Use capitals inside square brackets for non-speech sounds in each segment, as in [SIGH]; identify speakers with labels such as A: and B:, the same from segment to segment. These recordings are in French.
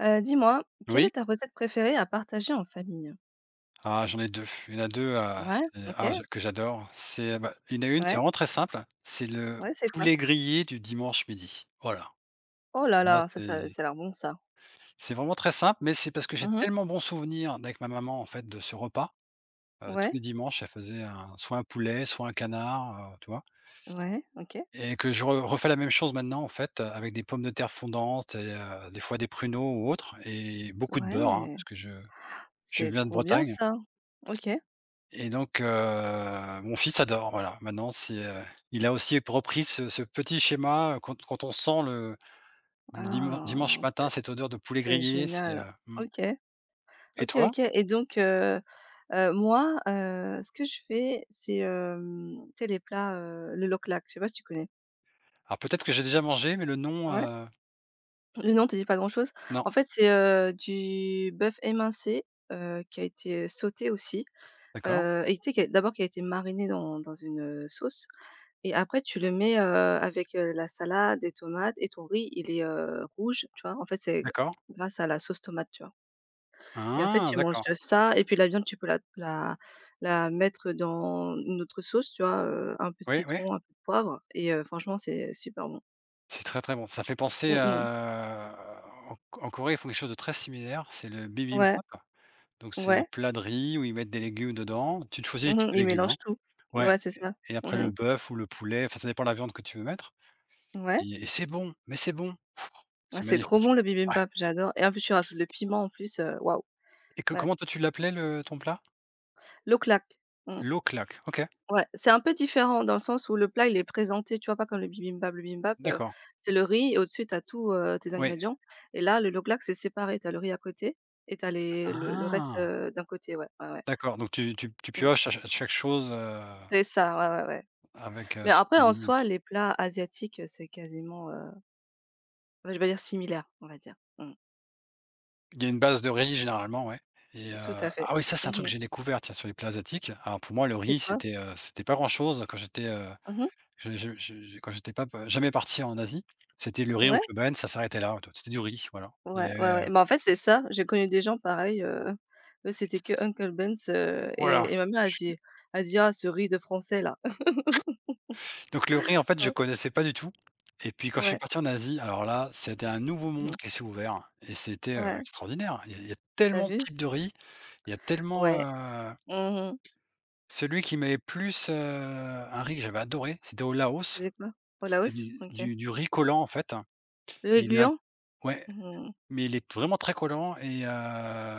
A: Dis-moi, quelle est
B: Oui,
A: ta recette préférée à partager en famille?
B: ah j'en ai 2. Il y en a deux, ah
A: Ouais,
B: c'est
A: OK,
B: ah je que j'adore. C'est, bah, il y en a une, c'est
A: ouais,
B: vraiment très simple, c'est le
A: ouais, c'est quoi?
B: poulet grillé du dimanche midi. Voilà,
A: Oh là
B: c'est moi
A: là, ça ça ça a l'air bon ça.
B: c'est vraiment très simple, mais c'est parce que j'ai
A: Mmh.
B: tellement bons souvenirs avec ma maman, en fait, de ce repas. Tous
A: Ouais,
B: les dimanches, elle faisait un soit un poulet, soit un canard, tu vois?
A: ouais, OK,
B: Et que je re refais la même chose maintenant, en fait, avec des pommes de terre fondantes et des fois des pruneaux ou autres et beaucoup de beurre, hein,
A: ouais,
B: parce que je
A: c'est
B: viens de
A: trop bien
B: Bretagne.
A: ça. OK.
B: Et donc, mon fils adore, voilà. Maintenant c'est, il a aussi repris ce petit schéma, quand on sent le
A: Ah,
B: dimanche
A: c'est
B: matin cette odeur de poulet
A: c'est
B: grillé, c'est,
A: génial.
B: mmh.
A: OK,
B: Et
A: OK,
B: toi?
A: OK et donc moi, ce que je fais, c'est, tu sais les plats, le lok-lak, je sais pas si tu connais?
B: Alors peut-être que j'ai déjà mangé, mais le nom,
A: Ouais. Le nom te dit pas grand-chose.
B: non.
A: En fait, c'est, du bœuf émincé, qui a été sauté aussi,
B: D'accord,
A: et tu sais, qui a été mariné dans une, sauce, et après tu le mets, avec, la salade, des tomates et ton riz, il est, rouge, tu vois? En fait, c'est
B: d'accord.
A: grâce à la sauce tomate, tu vois? Et en fait,
B: Ah,
A: tu manges,
B: d'accord.
A: ça et puis la viande, tu peux la mettre dans une autre sauce, tu vois? Un peu de
B: Oui, oui,
A: citron, un peu de poivre et franchement, c'est super bon.
B: c'est très, très bon. Ça fait penser
A: Mmh mh.
B: à, en en Corée, ils font quelque chose de très similaire, c'est le
A: Ouais,
B: bibimbap. Donc c'est un
A: ouais.
B: plat de riz où ils mettent des légumes dedans. Tu choisis les
A: Mmh
B: types
A: mh,
B: de
A: il
B: légumes, hein.
A: mélange tout.
B: Ouais,
A: Ouais, c'est
B: et
A: ça.
B: et
A: Mmh
B: après
A: mh.
B: le bœuf ou le poulet, enfin ça dépend de la viande que tu veux mettre.
A: Ouais.
B: Et c'est bon, mais c'est bon. Pff,
A: Ah,
B: c'est
A: c'est trop
B: magnifique.
A: bon le
B: Ouais,
A: bibimbap, j'adore et en plus, tu rajoutes le piment en plus, waouh,
B: et co
A: ouais.
B: comment toi tu l'appelais, le ton plat?
A: Le claque. Mmh.
B: L'eau claque. OK,
A: Ouais, c'est un peu différent dans le sens où le plat, il est présenté, tu vois? Pas comme le bibimbap.
B: d'accord.
A: C'est le riz et au-dessus, tu as tout, tes
B: Oui.
A: ingrédients, et là, le loklak, c'est séparé. Tu as le riz à côté et tu as les le reste,
B: Ah!
A: d'un côté, ouais, ouais, ouais.
B: D'accord, donc tu
A: Mmh.
B: pioches à chaque chose,
A: C'est ça, ouais, ouais, ouais.
B: avec,
A: Mais
B: ce
A: après,
B: qu'on
A: en
B: dit
A: soi,
B: montre,
A: les plats asiatiques, c'est quasiment, bah, je vais dire similaire, on va dire. Mmh.
B: il y a une base de riz généralement, ouais. Et
A: Tout à fait.
B: ah oui, ça
A: Mmh
B: c'est un truc
A: mh.
B: que j'ai découvert, tiens, sur les plats asiatiques. Alors pour moi le
A: C'est
B: riz
A: quoi?
B: c'était pas grand chose quand j'étais,
A: Mmh.
B: Je quand j'étais pas, jamais parti en Asie, c'était le riz en
A: Ouais,
B: Club, ça s'arrêtait là. C'était du riz, voilà. Il y
A: ouais,
B: avait,
A: ouais, ouais. Bah, en fait, c'est ça, j'ai connu des gens pareils, eux, c'était que Uncle Ben's,
B: voilà.
A: et ma mère
B: [LAUGHS]
A: a dit: «Ah, ce riz de français là». [LAUGHS]
B: Donc le riz, en fait, je
A: Ouais,
B: connaissais pas du tout, et puis quand je suis
A: ouais,
B: parti en Asie, alors là, c'était un nouveau
A: mmh,
B: monde qui s'est ouvert, et c'était,
A: ouais,
B: extraordinaire. Il y a
A: t'as
B: tellement de
A: vu?
B: types de riz, il y a tellement,
A: Ouais.
B: heu,
A: Mmh.
B: celui qui m'avait plus, un riz que j'avais adoré, c'était au Laos,
A: C'était quoi? Au
B: c'était
A: Laos?
B: du
A: OK.
B: riz collant, en fait.
A: Le
B: Et
A: riz
B: il y en a,
A: gluant?
B: ouais.
A: Mmh.
B: Mais il est vraiment très collant, et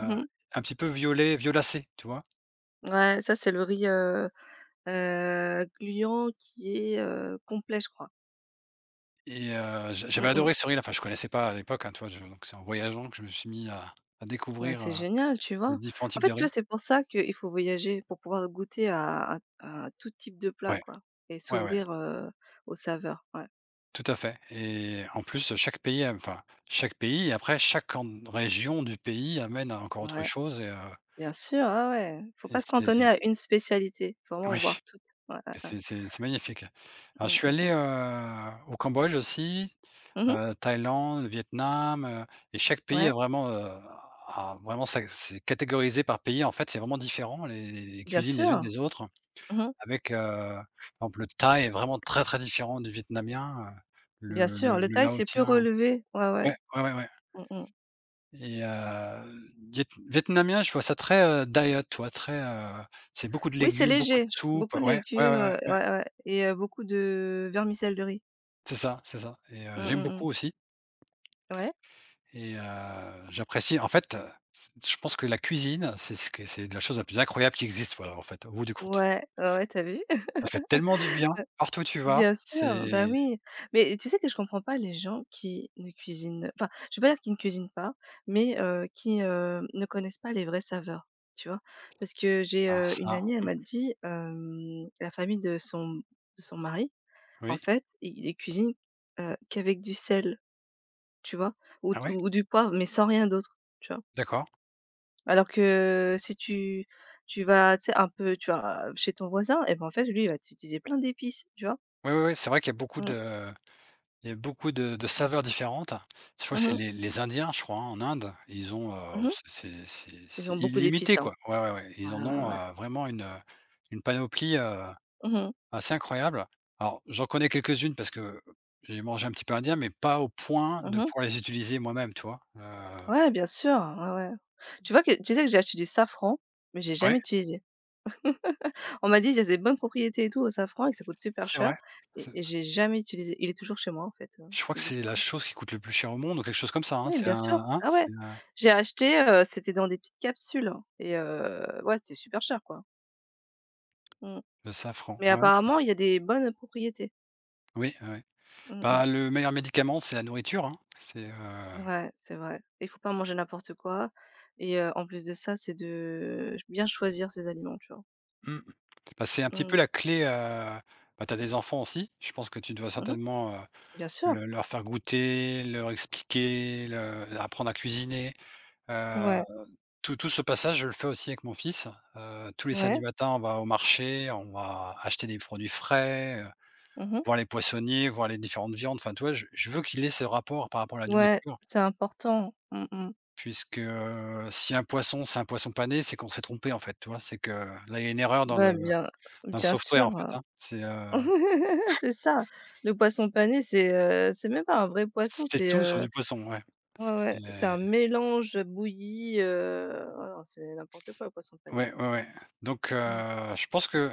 A: Mmh.
B: petit peu violet, violacé, tu vois?
A: Ouais, ça, c'est le riz, gluant qui est, complet, je crois.
B: Et j'avais
A: Mmh mh.
B: adoré ce riz-là, enfin je connaissais pas à l'époque, hein, tu vois? Je donc c'est en voyageant que je me suis mis à
A: Ouais,
B: découvrir,
A: c'est génial, tu
B: les
A: vois?
B: différents
A: En
B: types
A: fait,
B: de
A: tu vois,
B: riz.
A: c'est pour ça qu'il faut voyager, pour pouvoir goûter à à tout type de plat,
B: Ouais,
A: quoi, et
B: ouais, ouais,
A: s'ouvrir, aux saveurs. Ouais,
B: tout à fait. Et en plus chaque pays a enfin, chaque pays, et après chaque en région du pays amène à encore autre
A: ouais,
B: chose. Et
A: bien sûr, ouais, ouais. Faut
B: et
A: pas se
B: c'est
A: cantonner à une spécialité, faut vraiment
B: oui,
A: voir toutes. Ouais, ouais,
B: et
A: ouais.
B: c'est c'est c'est magnifique. Alors je
A: Mmh,
B: suis
A: mmh
B: allé,
A: mh.
B: au Cambodge aussi.
A: Mmh.
B: Thaïlande, Vietnam, et chaque pays
A: Ouais,
B: a vraiment, sa c'est catégorisé par pays, en fait, c'est vraiment différent les
A: bien
B: cuisines les unes
A: sûr.
B: des autres,
A: Mmh.
B: avec, par exemple le thaï est vraiment très, très différent du vietnamien,
A: Bien
B: le
A: sûr,
B: le
A: le
B: le
A: thaï, c'est plus
B: laotien,
A: relevé. Ouais,
B: ouais,
A: ouais.
B: ouais, ouais, ouais.
A: Mmh mh.
B: Et vietnamien, je vois ça très, diet, toi. Très, c'est beaucoup de
A: Oui, c'est
B: légumes, beaucoup de
A: léger,
B: soupe,
A: beaucoup de
B: ouais, ouais, ouais,
A: légumes,
B: ouais, ouais,
A: ouais, ouais et beaucoup de vermicellerie.
B: c'est ça, c'est ça. Et
A: Mmh
B: j'aime
A: mh mh.
B: beaucoup aussi.
A: Ouais.
B: Et j'apprécie, en fait. Je pense que la cuisine, c'est ce que c'est, la chose la plus incroyable qui existe, voilà, en fait, au bout du compte.
A: Ouais, ouais, ouais, tu vu?
B: Ça fait tellement du bien, partout où tu vas,
A: Bien sûr, bah,
B: c'est,
A: oui. Mais tu sais que je comprends pas les gens qui ne cuisinent, enfin, je vais pas dire qu'ils ne cuisinent pas, mais qui, ne connaissent pas les vraies saveurs, tu vois? Parce que j'ai,
B: alors
A: une
B: ça,
A: amie, elle m'a dit, la famille de son mari, en
B: oui?
A: fait, il ils cuisinent, qu'avec du sel, tu vois? Ou d
B: Ah oui?
A: ou du poivre, mais sans rien d'autre, tu vois?
B: D'accord.
A: Alors que si tu vas, tu sais, un peu, tu vois, chez ton voisin, et ben, en fait, lui, il va t'utiliser plein d'épices, tu vois?
B: Oui, oui, oui, c'est vrai qu'il y a beaucoup
A: Mmh.
B: de, il y a beaucoup de saveurs différentes. Je crois que
A: Mmh
B: c'est
A: mh.
B: les Indiens, je crois, hein, en Inde, ils ont,
A: Mmh.
B: c'est c'est c'est
A: Ils
B: c'est
A: ont beaucoup
B: illimité,
A: d'épices, hein.
B: quoi. Ouais, ouais, ouais,
A: Ouais,
B: ils en
A: ouais,
B: ont,
A: ouais.
B: vraiment une panoplie,
A: Mmh mh.
B: assez incroyable. Alors, j'en connais quelques-unes parce que j'ai mangé un petit peu indien, mais pas au point de
A: Mmh.
B: pouvoir les utiliser moi-même, tu vois?
A: Ouais, bien sûr, ouais, ouais. Tu vois que tu sais que j'ai acheté du safran, mais j'ai
B: Ouais,
A: jamais utilisé. On m'a dit: «Il y a des bonnes propriétés et tout au safran et que ça coûte super
B: c'est
A: cher»,
B: vrai.
A: et
B: C'est
A: j'ai jamais utilisé. Il est toujours chez moi, en fait,
B: Je crois que
A: il bouge
B: c'est la
A: pas.
B: chose qui coûte le plus cher au monde ou quelque chose comme ça, hein?
A: Oui,
B: C'est
A: bien
B: un,
A: sûr.
B: hein?
A: Ah ouais.
B: C'est,
A: J'ai acheté, c'était dans des petites capsules et ouais, c'était super cher, quoi. Mmh.
B: le safran.
A: Mais
B: Ouais, ouais, c'est,
A: apparemment, il y a des bonnes propriétés.
B: oui, ouais, ouais.
A: Mmh mh.
B: Bah, le meilleur médicament, c'est la nourriture, hein?
A: Ouais, c'est vrai. Il faut pas manger n'importe quoi et en plus de ça, c'est de bien choisir ses aliments, tu vois?
B: Mmh, Bah, c'est un petit
A: Mmh.
B: peu la clé, bah, t'as des enfants aussi, je pense que tu dois
A: Mmh mh.
B: certainement,
A: Bien sûr.
B: le leur faire goûter, leur expliquer, le leur apprendre à cuisiner, heu,
A: Ouais,
B: tout tout ce passage, je le fais aussi avec mon fils, tous les samedis
A: ouais.
B: matins, on va au marché, on va acheter des produits frais,
A: Mmh mh.
B: voir les poissonniers, voir les différentes viandes, enfin, tu vois? Je veux qu'il ait ce rapport par rapport à la
A: Ouais,
B: nourriture,
A: c'est important. Mmh mh.
B: puisque, si un poisson, c'est un poisson pané, c'est qu'on s'est trompé, en fait, tu vois? C'est que là, il y a une erreur dans
A: Bah,
B: le
A: bien
B: software, en
A: sûr,
B: fait, hein. C'est, heu,
A: [LAUGHS] c'est ça. Le poisson pané, c'est même pas un vrai poisson,
B: c'est
A: c'est,
B: tout sauf du poisson, ouais.
A: ouais,
B: C'est
A: ouais, c'est un mélange bouilli, oh non, c'est n'importe quoi le poisson pané.
B: Ouais, ouais, ouais. Donc,
A: Mmh.
B: je pense que,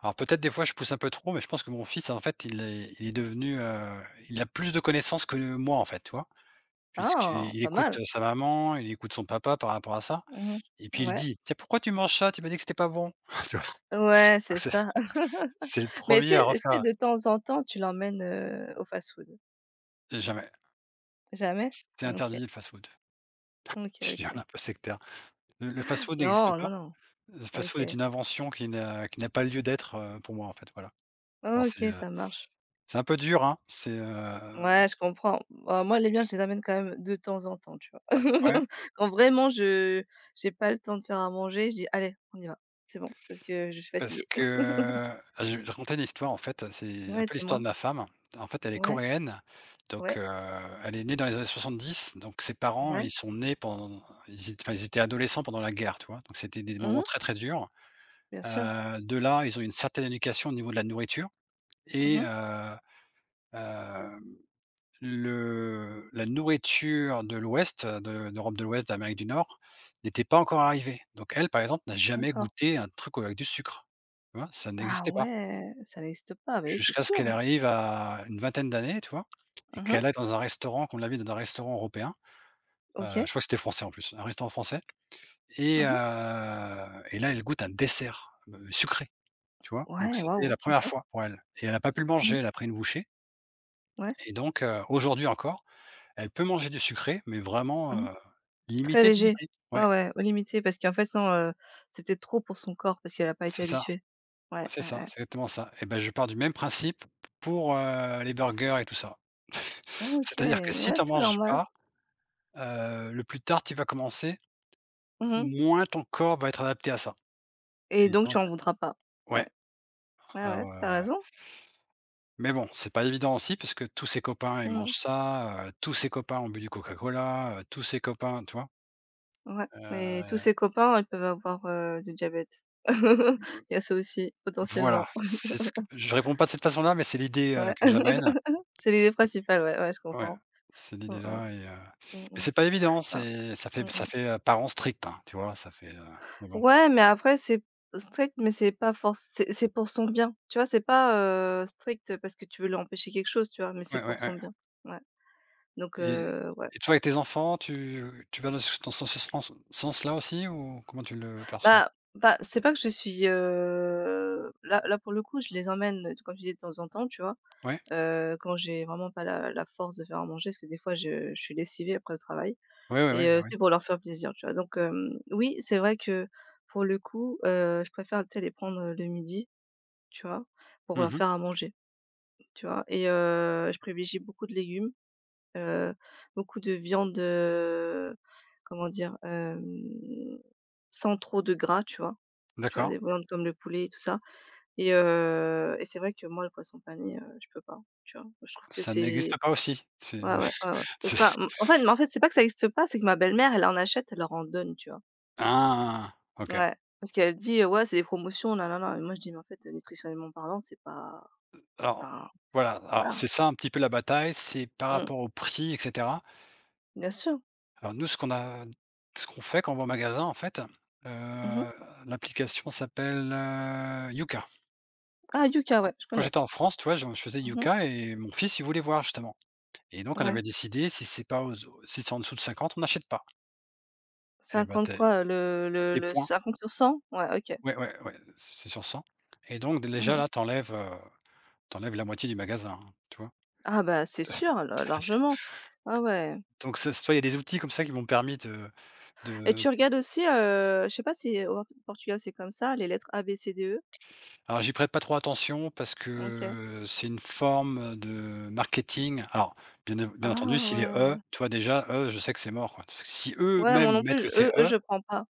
B: alors peut-être des fois je pousse un peu trop, mais je pense que mon fils, en fait, il est devenu, il a plus de connaissances que moi, en fait, tu vois?
A: Ah,
B: Puisqu'il
A: pas
B: écoute
A: mal.
B: sa maman, il écoute son papa par rapport à ça.
A: Mmh
B: Et puis
A: mh.
B: il
A: Ouais.
B: dit: «Tiens, pourquoi tu manges ça? Tu m'as dit que c'était pas bon». [LAUGHS] Tu vois?
A: Ouais, c'est
B: C'est
A: ça. [LAUGHS]
B: c'est le
A: Mais est-ce que
B: premier à
A: est-ce que
B: refaire.
A: de temps en temps tu l'emmènes, au fast-food?
B: Jamais.
A: Jamais?
B: C'est
A: OK,
B: interdit, le fast-food. [LAUGHS]
A: OK,
B: Je dis: «On est
A: OK.
B: un peu sectaire». Le fast-food n'existe
A: Non,
B: pas.
A: non, non.
B: Le fast-food est
A: OK.
B: une invention qui n'a pas lieu d'être, pour moi, en fait, voilà. Alors c'est,
A: OK, ça marche.
B: un peu dur, hein, c'est,
A: Ouais, je comprends. Bah, moi, les miens, je les amène quand même de temps en temps, tu vois?
B: ouais.
A: [LAUGHS] Quand vraiment je j'ai pas le temps de faire à manger, je dis: «Allez, on y va, c'est bon, parce que je suis
B: Parce
A: fatiguée».
B: que,
A: [LAUGHS]
B: je vais te raconter une histoire, en fait, c'est un
A: Ouais,
B: peu l'histoire
A: dis-moi.
B: de ma femme. En fait, elle est
A: Ouais,
B: coréenne, donc,
A: ouais,
B: elle est née dans les années 70. Donc ses parents,
A: ouais.
B: ils sont nés pendant, ils étaient enfin, ils étaient adolescents pendant la guerre, tu vois? Donc c'était des moments
A: Mmh.
B: très, très durs.
A: Bien sûr.
B: De là, ils ont une certaine éducation au niveau de la nourriture, et
A: Mmh.
B: heu, le la nourriture de l'Ouest, de d'Europe de l'Ouest, d'Amérique du Nord, n'était pas encore arrivée. Donc elle, par exemple, n'a jamais
A: D'accord.
B: goûté un truc avec du sucre, tu vois? Ça
A: Ah
B: n'existait pas.
A: ouais, ça n'existe pas. Bah oui, c'est
B: Jusqu'à ce qu'elle
A: sûr.
B: arrive à une vingtaine d'années, tu vois? Et
A: Mmh.
B: qu'elle aille dans un restaurant, qu'on l'invite dans un restaurant européen,
A: OK.
B: je crois que c'était français en plus, un restaurant français. et
A: Mmh.
B: heu et là, elle goûte un dessert, sucré, tu vois? Donc
A: Ouais,
B: c'était
A: waouh,
B: la
A: OK.
B: première fois pour elle, et elle n'a pas pu le manger,
A: Mmh.
B: elle a pris une bouchée,
A: Ouais.
B: et donc, aujourd'hui encore, elle peut manger du sucré, mais vraiment,
A: Mmh. Très
B: limité,
A: léger.
B: limité.
A: Ouais,
B: Ouais,
A: ouais, au limité parce qu'en fait, non, c'est peut-être trop pour son corps parce qu'elle a pas été
B: c'est ça,
A: habituée. Ouais,
B: c'est
A: ouais,
B: ça,
A: ouais.
B: c'est exactement ça. Et ben, je pars du même principe pour, les burgers et tout ça.
A: OK,
B: C'est-à-dire que si
A: ouais,
B: tu en
A: c'est
B: manges
A: normal.
B: pas. Le plus tard tu vas commencer,
A: Mmh mh.
B: moins ton corps va être adapté à ça,
A: Et
B: et
A: donc tu
B: donc,
A: en voudras pas? Ouais,
B: ouais,
A: ouais, ouais,
B: alors,
A: tu as raison.
B: mais bon, c'est pas évident aussi parce que tous ses copains, ils
A: Mmh.
B: mangent ça, tous ses copains ont bu du Coca-Cola, tous ses copains, tu vois?
A: Ouais, mais tous
B: Heu,
A: ses copains, ils peuvent avoir, du diabète. [LAUGHS] Il y a ça aussi,
B: voilà,
A: potentiellement.
B: c'est ce que je réponds pas de cette façon-là, mais c'est l'idée,
A: Ouais.
B: que j'amène.
A: [LAUGHS] C'est l'idée
B: C'est
A: principale, ouais, ouais, je
B: Ouais,
A: comprends.
B: c'est
A: Mmh mh.
B: l'idée-là,
A: Mmh
B: et
A: mh.
B: c'est pas évident,
A: Ah,
B: c'est
A: mmh mh.
B: ça fait, parent strict, hein, tu vois? Ça fait, mais bon.
A: Ouais, mais après c'est strict, mais c'est pas forc c'est pour son bien. Tu vois? C'est pas, strict parce que tu veux lui empêcher quelque chose, tu vois? Mais c'est
B: Ouais,
A: pour
B: ouais,
A: son
B: ouais.
A: bien. Ouais, donc
B: Et
A: ouais.
B: et toi, avec tes enfants, tu vas dans ce sens-là aussi, ou comment tu le perçois?
A: Bah, c'est pas que je suis, là pour le coup, je les emmène, comme je dis de temps en temps, tu vois?
B: Ouais?
A: Quand j'ai vraiment pas la force de faire à manger, parce que des fois je suis lessivée après le travail
B: Ouais, ouais,
A: et
B: ouais,
A: heu,
B: bah, oui.
A: c'est pour leur faire plaisir, tu vois? Donc oui, c'est vrai que pour le coup, je préfère, tu sais, les prendre, le midi, tu vois? Pour leur
B: Mmh.
A: faire à manger, tu vois? Et je privilégie beaucoup de légumes, heu, beaucoup de viande, comment dire? Sans trop de gras, tu vois? Tu vois?
B: D'accord.
A: Des viandes comme le poulet et tout ça, et c'est vrai que moi, le poisson pané, je peux pas, tu vois? Je trouve que
B: Ça n'existe
A: c'est
B: pas aussi. C'est,
A: ouais, ouais, ouais,
B: [LAUGHS]
A: ouais. Enfin,
B: c'est
A: mmh, en fait, c'est pas que ça existe pas, c'est que ma belle-mère, elle en achète, elle leur en donne, tu vois?
B: ah! OK.
A: Ouais, parce qu'elle dit: «Euh, ouais, c'est des promotions, nanana», et moi je dis: «Mais en fait, nutritionnellement parlant, c'est pas,
B: Alors,
A: enfin,
B: voilà, alors
A: voilà».
B: c'est ça un petit peu la bataille, c'est par
A: Mmh.
B: rapport au prix et cetera.
A: Bien sûr.
B: Alors nous, ce qu'on fait quand on va au magasin, en fait,
A: Mmh.
B: heu, l'application s'appelle, Yuka.
A: Ah, Yuka, ouais,
B: Donc,
A: je
B: quand
A: connais.
B: j'étais en France, tu vois, je faisais
A: Mmh.
B: Yuka, et mon fils, il voulait voir, justement. Et donc on avait
A: Ouais.
B: décidé, si c'est en dessous de 50, on n'achète pas. Et ben,
A: Cinquante
B: tu,
A: quoi,
B: les
A: le
B: points,
A: 50 50 cent. Ouais, OK.
B: ouais, ouais, ouais, c'est sur 100, et donc déjà
A: Mmh.
B: là, t'enlèves enlèves, la moitié du magasin, hein, tu vois?
A: Ah bah, c'est sûr,
B: [LAUGHS]
A: la
B: C'est assez,
A: largement. Ah ouais.
B: donc ça, tu il y a des outils comme ça qui m'ont permis de
A: Et
B: de
A: tu regardes aussi, je sais pas si au Portugal c'est comme ça, les lettres A-B-C-D-E?
B: alors j'y prête pas trop attention parce
A: OK.
B: que c'est une forme de marketing. Alors bien bien entendu,
A: Ah
B: s'il est «eux»,
A: ouais.
B: tu vois déjà, eux, je sais que c'est mort, quoi. Si
A: Ouais, moi
B: eux-mêmes
A: non plus,
B: mettent
A: je
B: que c'est
A: E,
B: «eux»,
A: je prends pas.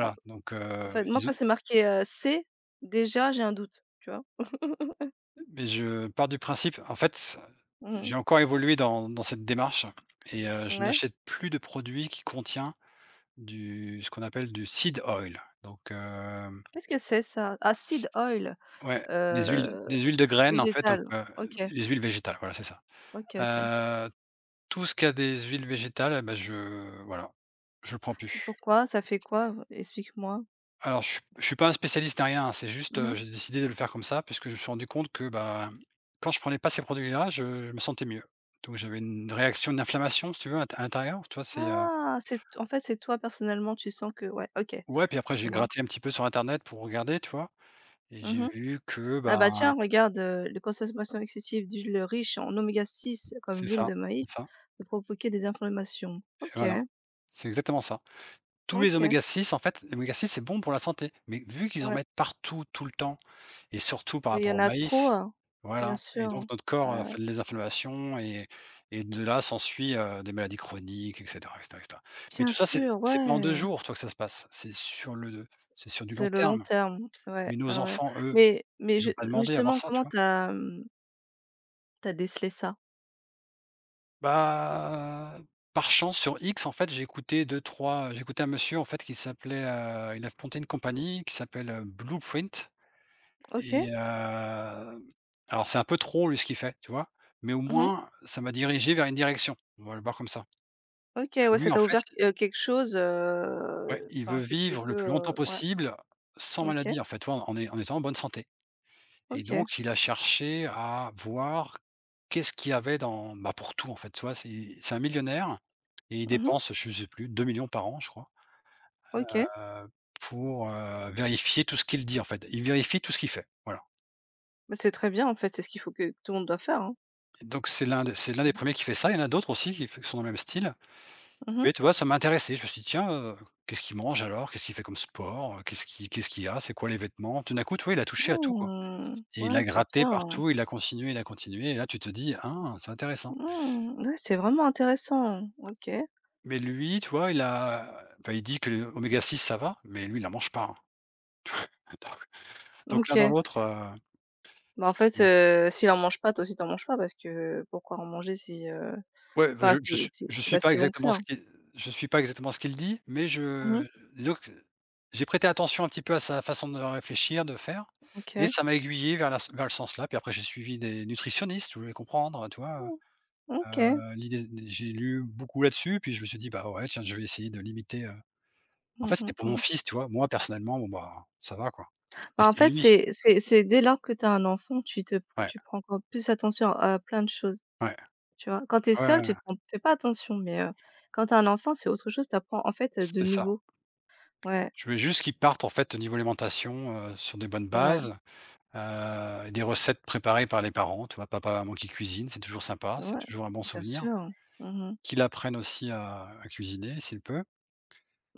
A: En
B: donc,
A: En fait, moi
B: ils
A: quand c'est marqué, C, déjà j'ai un doute, tu vois?
B: mais je pars du principe, en fait.
A: Mmh mh.
B: J'ai encore évolué dans cette démarche, et je
A: Ouais.
B: n'achète plus de produits qui contient du ce qu'on appelle du seed oil. Donc,
A: Qu'est-ce que c'est ça? Ah seed oil,
B: ouais, des huiles
A: heu,
B: de graines, en fait. Donc,
A: végétal. OK,
B: les huiles végétales, voilà, c'est ça.
A: OK, OK.
B: Heu, Tout ce qui a des huiles végétales, eh ben, je je le prends plus.
A: Pourquoi? Ça fait quoi? Explique-moi.
B: Alors je suis pas un spécialiste ni rien, hein. C'est juste,
A: Mmh mh.
B: j'ai décidé de le faire comme ça, puisque je me suis rendu compte que, ben, quand je prenais pas ces produits-là, je me sentais mieux. Donc j'avais une réaction, une inflammation, si tu veux, à l'intérieur, tu vois?
A: Ah! C'est t En fait, c'est toi personnellement, tu sens que ouais, OK,
B: Ouais, puis après
A: je
B: j'ai
A: vois.
B: gratté un petit peu sur internet pour regarder, tu vois? Et j'ai
A: Mmh mh.
B: vu que,
A: Ah bah
B: ben,
A: tiens, regarde, les consommations excessives d'huiles riches en oméga 6 comme
B: c'est
A: l'huile
B: ça,
A: de
B: c'est
A: maïs,
B: ça,
A: peut provoquer des inflammations.
B: et
A: Ok,
B: voilà. C'est exactement ça. Tous les
A: ok,
B: oméga-6, en fait, l'oméga-6, c'est bon pour la santé, mais vu qu'ils en
A: ouais.
B: mettent partout, tout le temps, et surtout par
A: Mais il y
B: rapport
A: en
B: au
A: a trop,
B: maïs.
A: hein. Bien
B: Voilà. Et donc
A: sûr.
B: notre corps,
A: Ah,
B: fait des inflammations, et de là s'ensuit, des maladies chroniques, et cetera, et cetera, et cetera. Mais
A: bien
B: tout ça, c'est
A: sûr,
B: c'est pas en 2
A: ouais.
B: jours, toi, que ça se passe. C'est sur du long
A: C'est le long
B: terme.
A: terme, ouais,
B: Mais nos
A: ah ouais.
B: enfants, eux,
A: Mais, mais,
B: ils
A: je,
B: ont pas
A: mais
B: demandé à voir
A: justement,
B: ça, tu
A: comment
B: vois?
A: t'as, t'as décelé ça?
B: Bah, par chance, sur X, en fait, j'ai écouté deux, trois. J'ai écouté un monsieur, en fait, il a monté une compagnie qui s'appelle, Blueprint.
A: Ok,
B: Et alors c'est un peu trop, lui, ce qu'il fait, tu vois? Mais au
A: mhm.
B: moins, ça m'a dirigé vers une direction. On va le voir comme ça.
A: Ok, ouais, ça
B: Lui, en
A: t'a ouvert
B: fait,
A: quelque chose,
B: ouais, il
A: enfin,
B: veut
A: que tu
B: vivre
A: peux,
B: le plus longtemps
A: ouais.
B: possible sans
A: Ok,
B: maladie, en fait, tu vois? En étant en bonne santé. Et
A: ok,
B: donc il a cherché à voir qu'est-ce qu'il y avait dans, bah, pour tout, en fait, tu vois? C'est un millionnaire, et il
A: mhm,
B: dépense, je ne sais plus, 2 millions par an, je crois,
A: ok.
B: heu, pour, vérifier tout ce qu'il dit, en fait. Il vérifie tout ce qu'il fait, voilà.
A: Bah, c'est très bien en fait, c'est ce qu'il faut que tout le monde doit faire, hein.
B: Donc c'est l'un des
A: Mmh
B: premiers qui fait ça. Il y en a d'autres aussi qui sont dans le même style. Oui,
A: mh.
B: tu vois, ça m'a intéressé. Je me suis dit: «Tiens, qu'est-ce qu'il mange alors? Qu'est-ce qu'il fait comme sport? Qu'est-ce qu'il a? C'est quoi les vêtements?» Tout d'un coup, tu vois, il a touché à tout, quoi,
A: Mmh.
B: et il
A: Ouais,
B: a
A: c'est
B: gratté
A: bien.
B: partout, il a continué, il a continué, et là, tu te dis: «Ah, c'est intéressant».
A: Mmh. Ouais, c'est vraiment intéressant. OK.
B: Mais lui, tu vois, il a, enfin, il dit que l'oméga-6 ça va, mais lui, il en mange pas, hein. [LAUGHS] Donc l'un dans
A: OK.
B: l'autre,
A: Bah, en fait, s'il en mange pas, toi aussi tu en manges pas parce que pourquoi en manger si,
B: ouais, bah,
A: enfin
B: je je suis je
A: c'est
B: suis
A: pas
B: pas
A: si bon que
B: exactement
A: ça?
B: ce qu'il dit, mais
A: Mmh mh.
B: je disons que j'ai prêté attention un petit peu à sa façon de réfléchir, de faire, et
A: OK.
B: ça m'a aiguillé vers la s vers le sens là. Puis après j'ai suivi des nutritionnistes, je voulais comprendre, tu vois?
A: Mmh. OK.
B: L'idée J'ai lu beaucoup là-dessus, puis je me suis dit: «Bah, ouais, tiens, je vais essayer de limiter.» En
A: Mmh
B: fait,
A: mh
B: c'était pour mon
A: mh.
B: fils, tu vois? Moi, personnellement, bon, bah, ça va, quoi, mais
A: Bah, en
B: c'est
A: fait,
B: lui.
A: c'est dès lors que tu as un enfant, tu te pr
B: Ouais,
A: tu prends encore plus attention à plein de choses,
B: ouais,
A: tu vois? Quand tu es
B: ouais, ouais,
A: seule,
B: ouais,
A: tu fais pas attention, mais quand tu as un enfant, c'est autre chose, tu apprends en fait, de
B: c'était ça.
A: nouveau. Ouais,
B: Je voulais juste qu'il parte, en fait, au niveau alimentation, sur des bonnes
A: ouais.
B: bases. Des recettes préparées par les parents, tu vois? Papa, maman qui cuisinent, c'est toujours sympa, c'est
A: Ouais,
B: toujours un bon
A: bien
B: souvenir.
A: sûr, hein. Mmh.
B: Qu'il apprenne aussi à cuisiner s'il peut,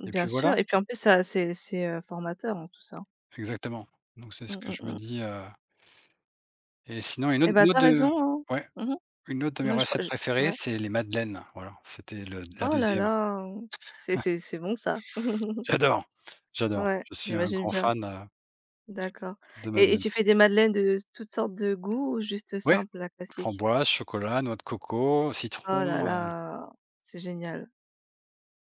B: et
A: Bien
B: puis voilà,
A: sûr et puis en plus ça c'est, formateur, hein, tout ça.
B: exactement. Donc c'est ce
A: Mmh
B: que
A: mh,
B: je me
A: mmh.
B: dis, et sinon,
A: Eh bah,
B: une autre
A: tu
B: de
A: raison, hein.
B: ouais,
A: Mmh.
B: une autre de mes
A: Moi je crois
B: recettes
A: je
B: préférées,
A: ouais.
B: c'est les madeleines, voilà. C'était le la
A: Oh là
B: deuxième.
A: là! Mmh. C'est bon ça. [LAUGHS]
B: J'adore, j'adore,
A: Ouais,
B: je suis un
A: j'imagine
B: grand
A: bien.
B: fan,
A: D'accord,
B: de
A: et tu
B: madeleines.
A: fais des madeleines de toutes sortes de goûts ou juste
B: Ouais,
A: simple, la classique?
B: framboise, chocolat, noix de coco,
A: Oh là
B: citron.
A: là, c'est génial.